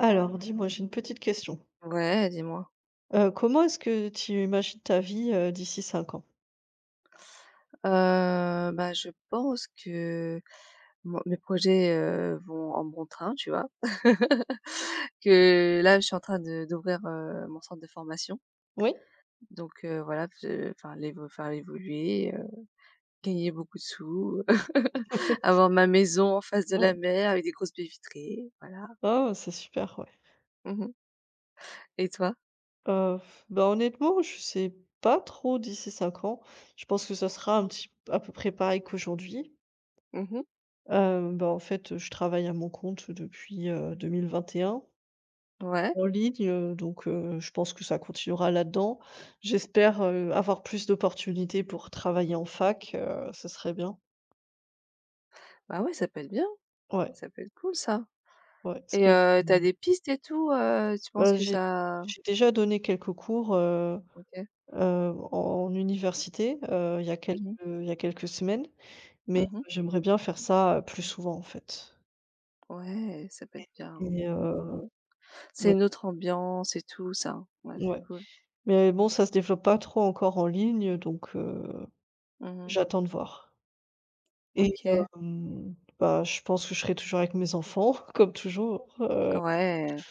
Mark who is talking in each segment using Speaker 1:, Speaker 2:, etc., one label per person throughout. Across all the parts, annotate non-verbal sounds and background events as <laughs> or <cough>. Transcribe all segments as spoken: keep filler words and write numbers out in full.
Speaker 1: Alors, dis-moi, j'ai une petite question.
Speaker 2: Ouais, dis-moi.
Speaker 1: Heu, comment est-ce que tu imagines ta vie, heu, d'ici cinq ans?
Speaker 2: Heu, bah, je pense que mon mes projets, heu, vont en bon train, tu vois? <laughs> Que là, je suis en train de d'ouvrir, heu, mon centre de formation,
Speaker 1: Oui?
Speaker 2: donc heu, voilà, je enfin l'évo faire évoluer, heu, gagner beaucoup de sous, <laughs>
Speaker 1: <laughs>
Speaker 2: avoir ma maison en face de
Speaker 1: Ouais.
Speaker 2: la mer avec des grosses baies vitrées, voilà.
Speaker 1: Oh, c'est super, ouais.
Speaker 2: Mmh. Et toi?
Speaker 1: Heu, bah, honnêtement, je sais pas trop d'ici cinq ans. Je pense que ça sera un petit à peu près pareil qu'aujourd'hui.
Speaker 2: Mmh.
Speaker 1: Heu, bah, en fait, je travaille à mon compte depuis, heu, deux mille vingt et un
Speaker 2: Ouais.
Speaker 1: en ligne, heu, donc heu, je pense que ça continuera là-dedans. J'espère, heu, avoir plus d'opportunités pour travailler en fac, heu, ce serait bien.
Speaker 2: Bah, ouais, ça peut être bien,
Speaker 1: Ouais,
Speaker 2: ça peut être cool ça.
Speaker 1: ouais, parce
Speaker 2: Et
Speaker 1: que
Speaker 2: heu, tu des pistes et tout, heu, tu penses
Speaker 1: bah,
Speaker 2: que
Speaker 1: j'ai
Speaker 2: ça.
Speaker 1: j'ai déjà donné quelques cours, heu
Speaker 2: OK.
Speaker 1: heu, en université, heu, il y a quelques
Speaker 2: Mmh.
Speaker 1: il y a quelques semaines,
Speaker 2: Mmh
Speaker 1: mais
Speaker 2: mh.
Speaker 1: j'aimerais bien faire ça, heu, plus souvent, en fait
Speaker 2: Ouais, ça peut être bien, hein.
Speaker 1: et
Speaker 2: Mmh mh,
Speaker 1: heu,
Speaker 2: mmh. C'est
Speaker 1: ouais,
Speaker 2: une autre ambiance et tout ça. Ouais, c'est
Speaker 1: ouais,
Speaker 2: cool.
Speaker 1: mais bon, ça se développe pas trop encore en ligne, donc heu,
Speaker 2: Mmh mh.
Speaker 1: j'attends de voir et
Speaker 2: OK.
Speaker 1: hem, bah, je pense que je serai toujours avec mes enfants, <laughs> comme toujours, heu
Speaker 2: Ah ouais.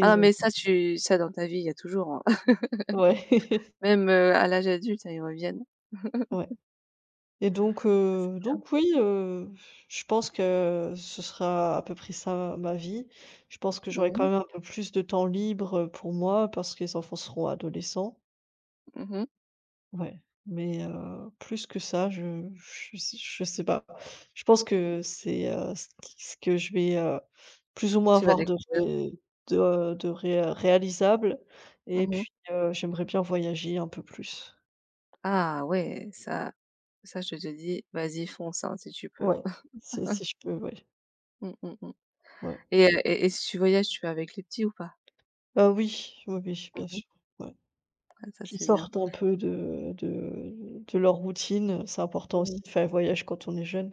Speaker 2: Ah non, mais ça tu ça dans ta vie, il y a toujours, hein. <laughs>
Speaker 1: ouais, <laughs>
Speaker 2: Même, heu, à l'âge adulte, hein, ils reviennent.
Speaker 1: ouais. Et donc,
Speaker 2: Ça
Speaker 1: heu,
Speaker 2: c'est
Speaker 1: donc oui, heu, je pense que ce sera à peu près ça ma vie. Je pense que j'aurai
Speaker 2: Mmh
Speaker 1: quand
Speaker 2: mh.
Speaker 1: même un peu plus de temps libre, euh, pour moi parce que les enfants seront adolescents.
Speaker 2: Mmh mh.
Speaker 1: Ouais, mais heu, plus que ça, je je sais je sais pas. Je pense que c'est, heu, ce qui ce que je vais, heu, plus ou moins
Speaker 2: Tu vas
Speaker 1: avoir de
Speaker 2: découvrir.
Speaker 1: ré de, heu, de ré réalisable et
Speaker 2: Mmh mh.
Speaker 1: puis, heu, j'aimerais bien voyager un peu plus.
Speaker 2: Ah ouais, ça ça je te dis, vas-y fonce, hein, si tu peux.
Speaker 1: Ouais, si si je peux, ouais,
Speaker 2: Mmh mh, mmh.
Speaker 1: ouais.
Speaker 2: Et heu et et si tu voyages, tu vas avec les petits ou pas?
Speaker 1: Heu, oui, oui, oui,
Speaker 2: Mmh
Speaker 1: bien
Speaker 2: mh.
Speaker 1: sûr, ouais.
Speaker 2: Ah, ça
Speaker 1: Qu'ils
Speaker 2: c'est bien.
Speaker 1: sortent un peu de de de leur routine, c'est important
Speaker 2: Mmh
Speaker 1: aussi
Speaker 2: mh.
Speaker 1: de faire les voyages quand on est jeune.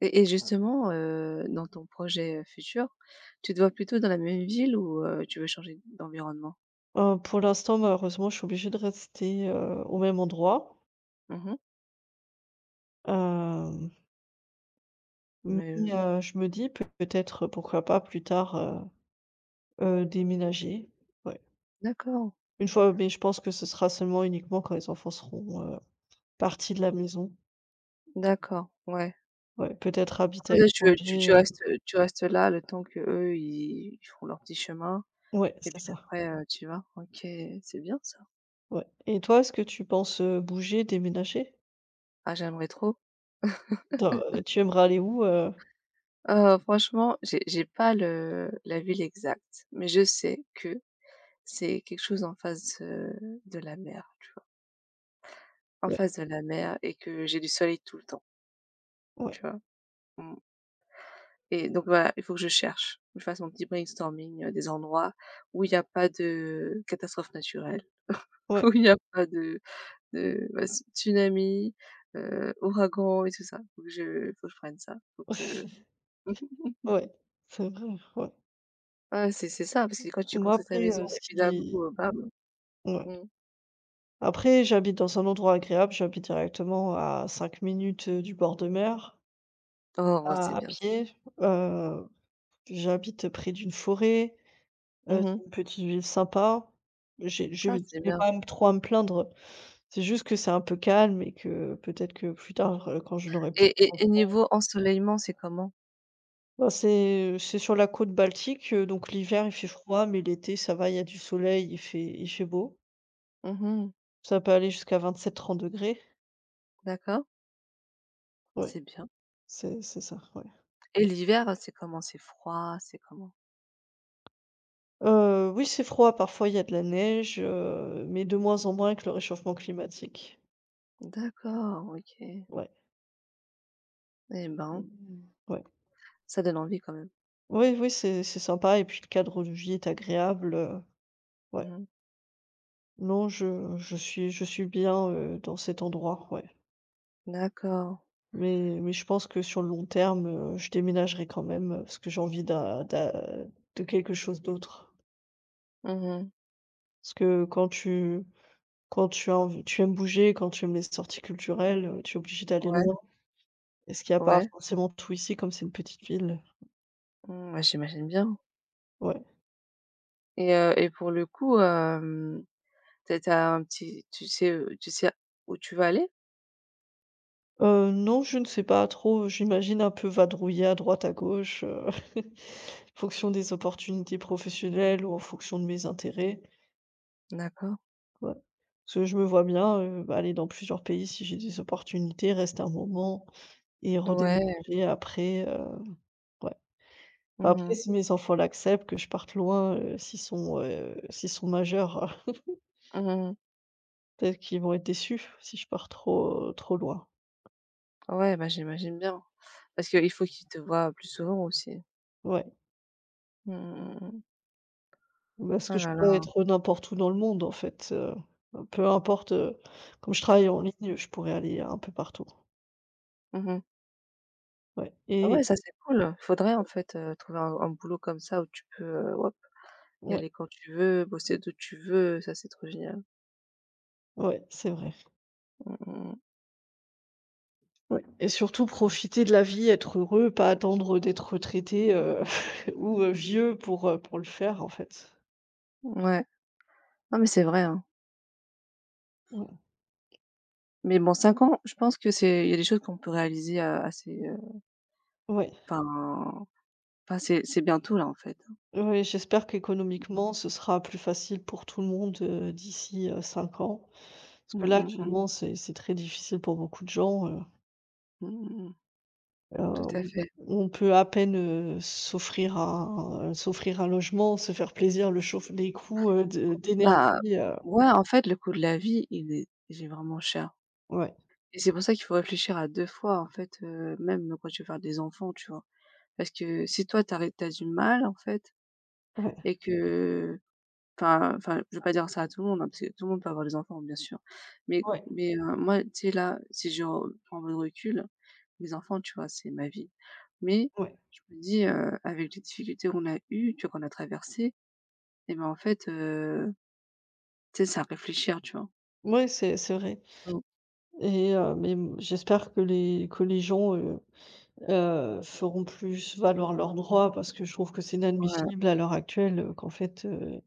Speaker 2: Et et justement, heu, dans ton projet futur, tu te vois plutôt dans la même ville, ou heu, tu veux changer d'environnement?
Speaker 1: Heu, pour l'instant, malheureusement, je suis obligée de rester, heu, au même endroit.
Speaker 2: Mmh.
Speaker 1: Hem,
Speaker 2: Mais
Speaker 1: mais
Speaker 2: heu,
Speaker 1: heu, je me dis peut-être, pourquoi pas plus tard, heu heu, déménager. Ouais.
Speaker 2: d'accord,
Speaker 1: Une fois mais je pense que ce sera seulement uniquement quand les enfants seront, heu, partis de la maison.
Speaker 2: d'accord, ouais.
Speaker 1: Ouais, peut-être habiter à
Speaker 2: En fait, tu tu
Speaker 1: l'étranger,
Speaker 2: tu
Speaker 1: heu
Speaker 2: restes, tu restes là le temps qu'eux, ils ils font leur petit chemin
Speaker 1: ouais,
Speaker 2: et
Speaker 1: c'est
Speaker 2: puis
Speaker 1: ça,
Speaker 2: après, heu, tu vas? OK, c'est bien ça.
Speaker 1: ouais. Et toi, est-ce que tu penses, heu, bouger, déménager?
Speaker 2: Ah, j'aimerais trop.
Speaker 1: Attends, heu, tu aimerais aller où, heu?
Speaker 2: Heu, franchement, j'ai j'ai pas le la ville exacte, mais je sais que c'est quelque chose en face, heu, de la mer, tu vois? En
Speaker 1: Ouais,
Speaker 2: face de la mer et que j'ai du soleil tout le temps,
Speaker 1: ouais,
Speaker 2: tu vois? Mmh. Et donc voilà, il faut que je cherche, que je fasse mon petit brainstorming, heu, des endroits où il n'y a pas de catastrophe naturelle, <laughs>
Speaker 1: ouais,
Speaker 2: où il n'y a pas de de bah, s tsunami, heu, ouragan et tout ça. Faut que je faut que je prenne ça, faut
Speaker 1: <laughs>
Speaker 2: que mmh.
Speaker 1: ouais, c'est vrai, ouais.
Speaker 2: Ouais, c'est c'est ça, parce que quand tu
Speaker 1: Moi
Speaker 2: construis ta
Speaker 1: après,
Speaker 2: maison
Speaker 1: heu,
Speaker 2: et puis d'un
Speaker 1: si
Speaker 2: coup, heu, bam,
Speaker 1: ouais.
Speaker 2: mmh.
Speaker 1: Après j'habite dans un endroit agréable, j'habite directement à cinq minutes, heu, du bord de mer,
Speaker 2: Oh ouais, c'est
Speaker 1: à à
Speaker 2: bien ça.
Speaker 1: pied, heu, j'habite près d'une forêt, heu,
Speaker 2: Mmh.
Speaker 1: c'est une petite ville sympa. J'ai je
Speaker 2: Ah,
Speaker 1: vais
Speaker 2: c'est
Speaker 1: je vais
Speaker 2: bien.
Speaker 1: pas m trop à me plaindre, c'est juste que c'est un peu calme et que peut-être que plus tard, heu, quand je n'aurai plus
Speaker 2: Et et et niveau ensoleillement, c'est comment?
Speaker 1: bah, c'est, c'est sur la côte Baltique, heu, donc l'hiver, il fait froid, mais l'été, ça va, il y a du soleil, il fait il fait beau.
Speaker 2: Mmh.
Speaker 1: Ça peut aller jusqu'à vingt sept trente degrés
Speaker 2: D'accord,
Speaker 1: ouais,
Speaker 2: c'est bien.
Speaker 1: c'est c'est ça, ouais.
Speaker 2: Et l'hiver, c'est comment? C'est froid, c'est comment?
Speaker 1: Heu, oui, c'est froid, parfois il y a de la neige, heu, mais de moins en moins avec le réchauffement climatique.
Speaker 2: D'accord, OK.
Speaker 1: Ouais.
Speaker 2: Eh ben,
Speaker 1: Mmh. Ouais.
Speaker 2: ça donne envie quand même.
Speaker 1: Oui, oui, c'est c'est sympa et puis le cadre de vie est agréable, heu, ouais.
Speaker 2: Mmh.
Speaker 1: Non, je je suis je suis bien, heu, dans cet endroit, ouais.
Speaker 2: D'accord.
Speaker 1: Mais mais je pense que sur le long terme, heu, je déménagerai quand même, heu, parce que j'ai envie d'un d'un de quelque chose d'autre.
Speaker 2: Mmh.
Speaker 1: Parce que quand tu quand tu as env tu aimes bouger, quand tu aimes les sorties culturelles, heu, tu es obligé d'aller
Speaker 2: Ouais,
Speaker 1: loin et ce qu'il n'y a pas
Speaker 2: ouais.
Speaker 1: forcément tout ici, comme c'est une petite ville.
Speaker 2: Mmh, ouais, j'imagine bien.
Speaker 1: Ouais.
Speaker 2: Et heu et pour le coup, hem, tu as un petit tu sais, heu, tu sais où tu vas aller?
Speaker 1: Heu, non, je ne sais pas trop, j'imagine un peu vadrouiller à droite, à gauche, heu, <laughs> fonction des opportunités professionnelles ou en fonction de mes intérêts.
Speaker 2: D'accord.
Speaker 1: Ouais. Parce que je me vois bien, heu, bah, aller dans plusieurs pays si j'ai des opportunités, rester un moment et
Speaker 2: Ouais.
Speaker 1: redéménager après, heu, ouais. Enfin,
Speaker 2: Mmh
Speaker 1: après,
Speaker 2: mh.
Speaker 1: si mes enfants l'acceptent, que je parte loin, heu, s'ils sont, heu, s'ils sont majeurs, <laughs> euh,
Speaker 2: Mmh.
Speaker 1: peut-être qu'ils vont être déçus si je pars trop, trop loin.
Speaker 2: Ouais, bah, j'imagine bien parce qu'il faut qu'ils te voient plus souvent aussi.
Speaker 1: Ouais,
Speaker 2: Mmh mh, mmh.
Speaker 1: parce
Speaker 2: Oh
Speaker 1: que je
Speaker 2: là
Speaker 1: pourrais
Speaker 2: là.
Speaker 1: être n'importe où dans le monde, en fait, heu, peu importe, heu, comme je travaille en ligne, je pourrais aller un peu partout.
Speaker 2: Mmh.
Speaker 1: Ouais
Speaker 2: Ah
Speaker 1: et
Speaker 2: ouais, ça, c'est cool. Il faudrait en fait, heu, trouver un un boulot comme ça où tu peux, heu, hop, y
Speaker 1: ouais,
Speaker 2: aller quand tu veux, bosser d'où tu veux. Ça, c'est trop génial.
Speaker 1: ouais, c'est vrai.
Speaker 2: Mmh mmh.
Speaker 1: Ouais et surtout profiter de la vie, être heureux, pas attendre d'être retraité, heu, <laughs> ou, heu, vieux pour, heu, pour le faire en fait.
Speaker 2: Mmh. Ouais. Non, mais c'est vrai, hein.
Speaker 1: Mmh.
Speaker 2: Mais bon, cinq ans, je pense que c'est il y a des choses qu'on peut réaliser, heu, assez, heu,
Speaker 1: Ouais,
Speaker 2: enfin, enfin c'est c'est bientôt là en fait, hein.
Speaker 1: ouais, j'espère qu'économiquement ce sera plus facile pour tout le monde, heu, d'ici, heu, cinq ans. Parce que
Speaker 2: Mmh
Speaker 1: là
Speaker 2: mh, mmh.
Speaker 1: actuellement c'est c'est très difficile pour beaucoup de gens, heu,
Speaker 2: Mmh mh, mmh.
Speaker 1: heu,
Speaker 2: Tout à
Speaker 1: on
Speaker 2: fait.
Speaker 1: on peut à peine, heu, s'offrir un euh, s'offrir un logement, se faire plaisir, le chauffe les coûts, heu, de
Speaker 2: Bah,
Speaker 1: d'énergie, heu,
Speaker 2: ouais, en fait le coût de la vie, il est il est vraiment cher,
Speaker 1: ouais,
Speaker 2: et c'est pour ça qu'il faut réfléchir à deux fois en fait, heu, même quand tu veux faire des enfants, tu vois? Parce que si toi tu arrêtes du mal en fait,
Speaker 1: ouais,
Speaker 2: et que enfin, enfin je veux pas dire ça à tout le monde, hein, parce que tout le monde peut avoir des enfants, bien sûr. Mais
Speaker 1: ouais,
Speaker 2: mais, heu, moi tu sais là, si je re- prends le recul, mes enfants, tu vois? C'est ma vie. Mais
Speaker 1: ouais.
Speaker 2: je me dis, heu, avec les difficultés qu'on a eues, tu vois, qu'on a traversées, et ben, en fait, heu, tu sais, c'est à réfléchir, tu vois?
Speaker 1: Ouais, c'est c'est vrai.
Speaker 2: Mmh.
Speaker 1: Et heu, mais m j'espère que les que les gens, heu heu, feront plus valoir leurs droits parce que je trouve que c'est
Speaker 2: Voilà.
Speaker 1: inadmissible à l'heure actuelle, heu, qu'en fait, heu,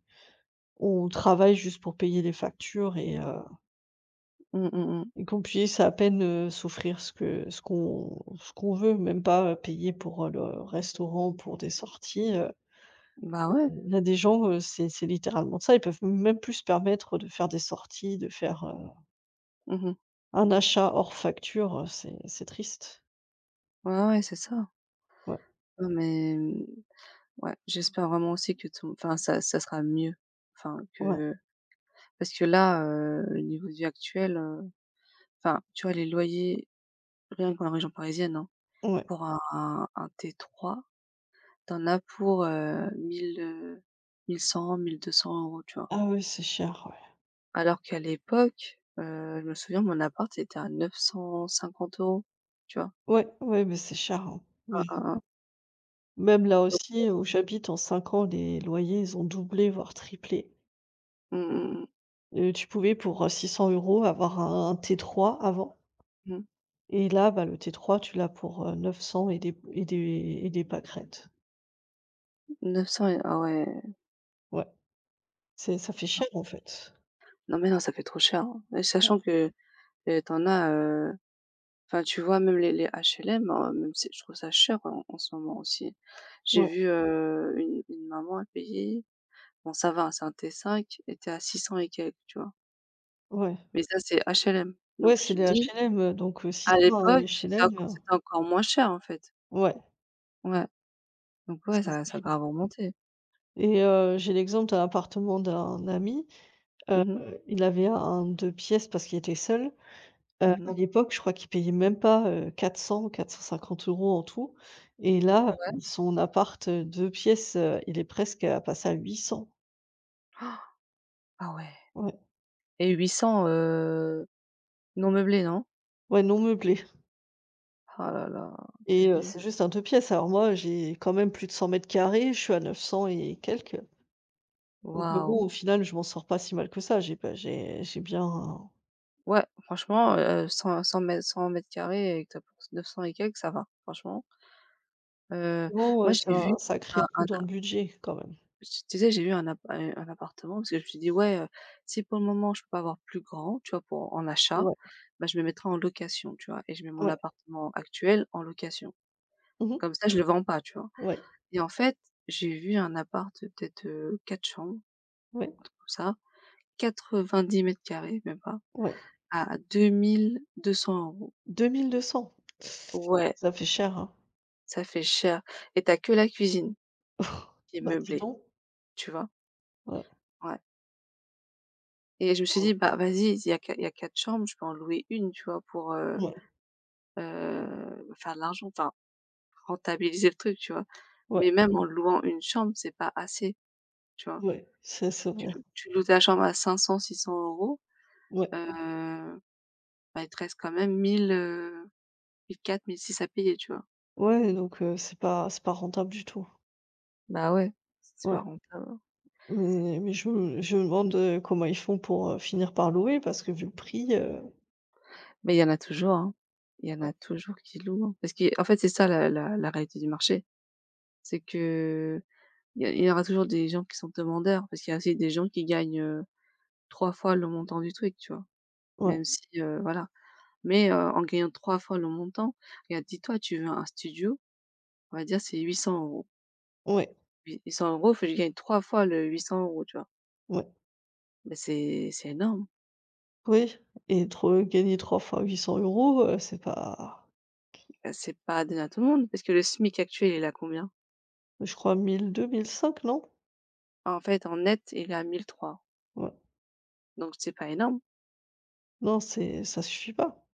Speaker 1: on travaille juste pour payer les factures et heu
Speaker 2: Mmh, mmh, mmh.
Speaker 1: et qu'on puisse à peine, heu, s'offrir ce que ce qu'on ce qu'on veut, même pas, euh, payer pour, heu, le restaurant, pour des sorties, heu.
Speaker 2: Bah, ouais.
Speaker 1: Il y a des gens, heu, c'est c'est littéralement ça, ils peuvent même plus se permettre de faire des sorties, de faire, heu,
Speaker 2: Mmh.
Speaker 1: un achat hors facture, heu, c'est c'est triste.
Speaker 2: Ouais, ouais, c'est ça.
Speaker 1: Ouais,
Speaker 2: Non, mais mmh, ouais, j'espère vraiment aussi que ton enfin, ça ça sera mieux. Enfin,
Speaker 1: ouais,
Speaker 2: que parce que là, heu, le niveau de vie actuel, heu, enfin, tu vois, les loyers, rien qu'en région parisienne, hein,
Speaker 1: ouais.
Speaker 2: pour un un un T trois, t'en as pour, heu, mille, heu, mille cent-mille deux cents €, tu vois?
Speaker 1: Ah oui, c'est cher, ouais.
Speaker 2: Alors qu'à l'époque, heu, je me souviens, mon appart était à neuf cent cinquante euros, tu vois?
Speaker 1: Ouais, ouais, mais c'est cher, hein.
Speaker 2: Hein,
Speaker 1: Mais
Speaker 2: hein, hein.
Speaker 1: même là aussi où j'habite, en cinq ans, les loyers, ils ont doublé, voire triplé.
Speaker 2: Mmh mh,
Speaker 1: Heu, tu pouvais pour, euh, six cents euros avoir un un T trois avant
Speaker 2: mmh mh.
Speaker 1: et là, bah, le T trois, tu l'as pour, euh, neuf cents et des et des et des pâquerettes.
Speaker 2: Mmh. neuf cents et ah ouais.
Speaker 1: Ouais, c'est ça fait cher, en fait.
Speaker 2: Non, mais non, ça fait trop cher, hein, et sachant que, heu, tu as, heu, enfin, tu vois, même les les H L M, hein, même c'est je trouve ça cher en en ce moment aussi. J'ai
Speaker 1: Ouais,
Speaker 2: vu, heu, une une maman, elle payait, bon ça va, hein, c'est un T cinq, était à six cents et quelques, tu vois?
Speaker 1: ouais.
Speaker 2: Mais ça, c'est H L M,
Speaker 1: Ouais,
Speaker 2: donc
Speaker 1: c'est
Speaker 2: je
Speaker 1: des
Speaker 2: te dis.
Speaker 1: H L M, heu, donc heu,
Speaker 2: À
Speaker 1: six cents à un
Speaker 2: l'époque, c'est enc
Speaker 1: H L M, heu,
Speaker 2: c'était encore moins cher, en fait.
Speaker 1: ouais,
Speaker 2: Ouais, donc ouais,
Speaker 1: c'est
Speaker 2: ça
Speaker 1: c'est
Speaker 2: ça a
Speaker 1: cher
Speaker 2: grave remonté.
Speaker 1: et heu, j'ai l'exemple d'un appartement d'un ami,
Speaker 2: Mmh mh.
Speaker 1: il avait un deux pièces parce qu'il était seul. Heu,
Speaker 2: Mmh
Speaker 1: à
Speaker 2: mh.
Speaker 1: l'époque, je crois qu'ils payaient même pas, heu, quatre cents-quatre cent cinquante euros en tout et là,
Speaker 2: Ouais.
Speaker 1: son appart, heu, deux pièces, heu, il est presque à passer à huit cents.
Speaker 2: Ah ouais,
Speaker 1: Ouais.
Speaker 2: et huit cents, heu, non meublé, non?
Speaker 1: Ouais, non meublé
Speaker 2: Oh là là, tu as
Speaker 1: et heu,
Speaker 2: vu?
Speaker 1: c'est juste un deux pièces. Alors moi, j'ai quand même plus de cent carrés. Je suis à neuf cents et quelques donc heu, bon,
Speaker 2: Waouh!
Speaker 1: au final, je m'en sors pas si mal que ça. J'ai pas j'ai j'ai bien
Speaker 2: Ouais, franchement, heu, cent cent mètres, cent mètres carrés, et que tu as pour neuf cents et quelques, ça va, franchement. Heu,
Speaker 1: bon, heu,
Speaker 2: Moi
Speaker 1: c'est
Speaker 2: j'ai vu
Speaker 1: un sacré
Speaker 2: un
Speaker 1: trou
Speaker 2: un
Speaker 1: dans le budget quand même.
Speaker 2: tu tu sais, j'ai eu un app un un appartement, parce que je me suis dit: «Ouais, heu, si pour le moment je peux pas avoir plus grand, tu vois, pour en achat,
Speaker 1: Ouais,
Speaker 2: bah, je me mettrai en location», tu vois? Et je mets mon
Speaker 1: ouais.
Speaker 2: appartement actuel en location.
Speaker 1: Mmh mh.
Speaker 2: Comme ça, je le vends pas, tu vois?
Speaker 1: Ouais,
Speaker 2: Et en fait, j'ai vu un appart, heu, peut-être, heu, quatre chambres,
Speaker 1: ouais,
Speaker 2: un truc comme ça, quatre-vingt-dix carrés même pas,
Speaker 1: ouais.
Speaker 2: à deux mille deux cents €.
Speaker 1: deux mille deux cents.
Speaker 2: Ouais,
Speaker 1: Ça fait cher, hein.
Speaker 2: ça fait cher, et t'as que la cuisine
Speaker 1: <laughs>
Speaker 2: qui est
Speaker 1: Bah, dis
Speaker 2: meublée,
Speaker 1: donc.
Speaker 2: tu vois?
Speaker 1: Ouais.
Speaker 2: Ouais. Et je me suis dit: «Bah, vas-y, il y a qu'à il y a quatre chambres, je peux en louer une, tu vois, pour, heu
Speaker 1: Ouais.
Speaker 2: Heu, faire de l'argent, enfin rentabiliser le truc», tu vois?
Speaker 1: Ouais.
Speaker 2: Mais même en louant une chambre, c'est pas assez, tu vois?
Speaker 1: Ouais, ça c'est
Speaker 2: Tu
Speaker 1: vrai.
Speaker 2: loues tu loues ta chambre à cinq cents euros €,
Speaker 1: Ouais.
Speaker 2: heu, bah, il te reste quand même mille, euh, mille quatre, mille six à payer, tu vois?
Speaker 1: Ouais, donc heu, c'est pas c'est pas rentable du tout.
Speaker 2: Bah, ouais. C'est
Speaker 1: Ouais,
Speaker 2: pas rentable, hein.
Speaker 1: mais mais je me je me demande, heu, comment ils font pour, heu, finir par louer parce que vu le prix, heu,
Speaker 2: Mais il y en a toujours, hein. Il y en
Speaker 1: ouais,
Speaker 2: a toujours qui louent, hein, parce qu'en fait, c'est ça la la la réalité du marché. C'est qu'il y a il y aura toujours des gens qui sont demandeurs, parce qu'il y a aussi des gens qui gagnent, heu, trois fois le montant du truc, tu vois? Même si, heu, voilà. Mais, heu, en gagnant trois fois le montant, regarde, dis-toi, tu veux un studio, on va dire c'est huit cents euros,
Speaker 1: ouais,
Speaker 2: huit cents euros, faut que je gagne trois fois le huit cents euros, tu vois?
Speaker 1: ouais,
Speaker 2: Mais c'est c'est énorme.
Speaker 1: oui et tro gagner trois fois 800 €, heu, c'est pas
Speaker 2: Bah, c'est pas donné à tout le monde, parce que le SMIC actuel, il a combien?
Speaker 1: je crois mille deux mille cinq non?
Speaker 2: En fait, en net, il est à mille trois,
Speaker 1: Ouais.
Speaker 2: donc c'est pas énorme,
Speaker 1: Non, c'est ça suffit pas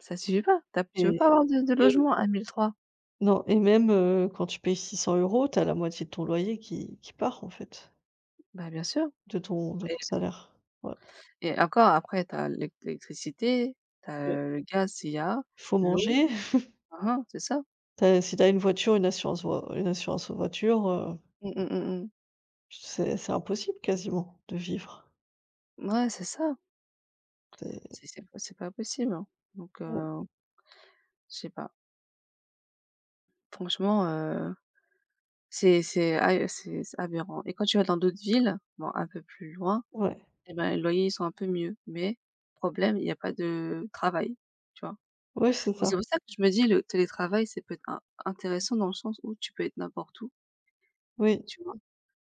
Speaker 2: ça suffit pas. Tu as tu peux
Speaker 1: et
Speaker 2: pas avoir de de
Speaker 1: et
Speaker 2: logement à mille trois.
Speaker 1: non et même, heu, quand tu payes six cents euros t'as la moitié de ton loyer qui qui part, en fait.
Speaker 2: Bah, bien sûr.
Speaker 1: De ton de
Speaker 2: et
Speaker 1: ton salaire. Ouais,
Speaker 2: et encore après t'as l'é l'électricité, t'as
Speaker 1: ouais.
Speaker 2: le gaz s'il y a,
Speaker 1: Faut
Speaker 2: l'eau.
Speaker 1: manger.
Speaker 2: Hein, hein, c'est ça.
Speaker 1: Tu as si tu as une voiture, une assurance voi une assurance voiture, heu,
Speaker 2: Mmh, mmh, mmh mh.
Speaker 1: c'est c'est impossible quasiment de vivre.
Speaker 2: Ouais, c'est ça.
Speaker 1: C'est
Speaker 2: C'est c'est pas c'est pas possible, hein, donc
Speaker 1: ouais,
Speaker 2: heu, je sais pas. Franchement, heu, c'est c'est a c'est c'est aberrant, et quand tu vas dans d'autres villes, bon un peu plus loin,
Speaker 1: ouais.
Speaker 2: et ben, les loyers ils sont un peu mieux, mais problème, il y a pas de travail, tu vois?
Speaker 1: Ouais, c'est
Speaker 2: Donc c'est
Speaker 1: ça.
Speaker 2: pour ça que je me dis le télétravail, c'est peut-être in intéressant, dans le sens où tu peux être n'importe où,
Speaker 1: Oui,
Speaker 2: tu vois?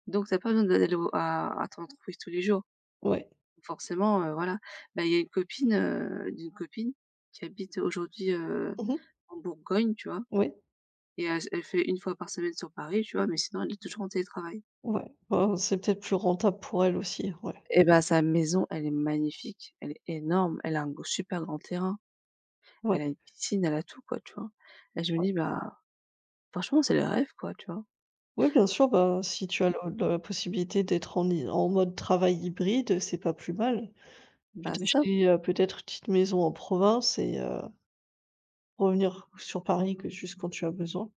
Speaker 2: Donc t'as pas besoin d'aller au à à ton entreprise tous les jours.
Speaker 1: ouais.
Speaker 2: Forcément, heu, voilà, bah, il y a une copine, heu, d'une copine qui habite aujourd'hui, heu,
Speaker 1: Mmh mh.
Speaker 2: en Bourgogne, tu vois?
Speaker 1: Oui,
Speaker 2: Et elle elle fait une fois par semaine sur Paris, tu vois? Mais sinon, elle est toujours en télétravail.
Speaker 1: ouais. Bah, c'est peut-être plus rentable pour elle aussi, ouais.
Speaker 2: Et ben, sa maison, elle est magnifique, elle est énorme, elle a un gr super grand terrain,
Speaker 1: Ouais,
Speaker 2: elle a une piscine, elle a tout, quoi, tu vois? Et je me
Speaker 1: ouais.
Speaker 2: dis: «Bah, franchement, c'est le rêve, quoi», tu vois?
Speaker 1: Oui, bien sûr, bah, si tu as
Speaker 2: Mmh,
Speaker 1: le la possibilité d'être en hy en mode travail hybride, c'est pas plus mal. Tu
Speaker 2: bah,
Speaker 1: peux
Speaker 2: ça,
Speaker 1: t'acheter, heu, peut-être une petite maison en province et heu, revenir sur Paris que juste quand tu as besoin.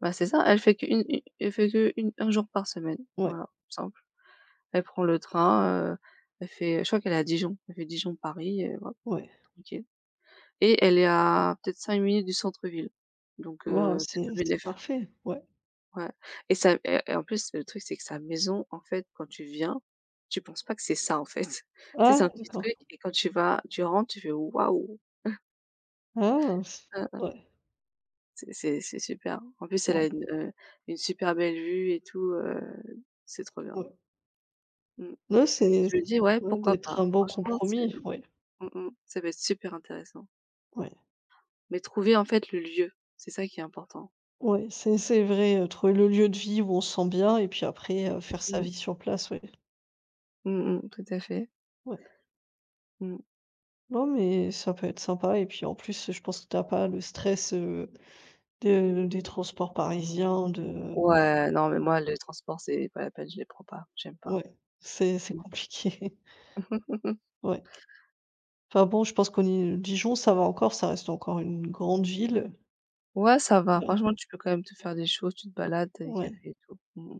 Speaker 2: bah, c'est ça, elle fait qu'une u elle fait que une un jour par semaine,
Speaker 1: Ouais.
Speaker 2: voilà, simple. Elle prend le train, heu, elle fait, je crois qu'elle est à Dijon, elle fait Dijon-Paris, et voilà,
Speaker 1: Ouais.
Speaker 2: tranquille. Et elle est à peut-être cinq minutes du centre-ville, donc
Speaker 1: Waouh,
Speaker 2: heu, c'est tout
Speaker 1: c'est c'est
Speaker 2: bénef.
Speaker 1: parfait, ouais.
Speaker 2: Ouais. Et ça, et et en plus, le truc, c'est que sa maison, en fait, quand tu viens, tu penses pas que c'est ça, en fait. <laughs> Tu sais,
Speaker 1: Ah
Speaker 2: c'est un petit
Speaker 1: d'accord.
Speaker 2: truc, et quand tu vas tu rentres, tu fais: «Waouh!»
Speaker 1: Ah c
Speaker 2: Hein, hein,
Speaker 1: ouais,
Speaker 2: c'est c'est c'est super. En plus, elle
Speaker 1: ouais,
Speaker 2: a une, heu, une super belle vue et tout, heu, c'est trop bien.
Speaker 1: ouais.
Speaker 2: Mmh.
Speaker 1: Non, c'est
Speaker 2: Je me dis: «Ouais,
Speaker 1: <unintelligible>
Speaker 2: pourquoi
Speaker 1: d'être
Speaker 2: pas?»
Speaker 1: un bon
Speaker 2: Franchement, c'est
Speaker 1: compromis, ouais,
Speaker 2: mmh mh, ça va être super intéressant.
Speaker 1: ouais,
Speaker 2: Mais trouver, en fait, le lieu, c'est ça qui est important.
Speaker 1: ouais, c'est c'est vrai, heu, trouver le lieu de vie où on se sent bien et puis après, heu, faire sa
Speaker 2: Mmh.
Speaker 1: vie sur place, ouais,
Speaker 2: Mmh mh, tout à fait.
Speaker 1: ouais.
Speaker 2: Mmh.
Speaker 1: Non, mais ça peut être sympa et puis en plus, je pense que tu as pas le stress, heu, de des transports parisiens, de
Speaker 2: Ouais, non, mais moi, le transport, c'est pas la peine, je les prends pas, j'aime pas.
Speaker 1: ouais, c'est c'est
Speaker 2: Mmh.
Speaker 1: compliqué, <laughs>
Speaker 2: <laughs>
Speaker 1: ouais. Enfin bon, je pense qu'on y Dijon, ça va encore, ça reste encore une grande ville,
Speaker 2: Ouais, ça va.
Speaker 1: ouais,
Speaker 2: Franchement, tu peux quand même te faire des choses, tu te balades, t'as des
Speaker 1: ouais.
Speaker 2: cafés et tout. Mmh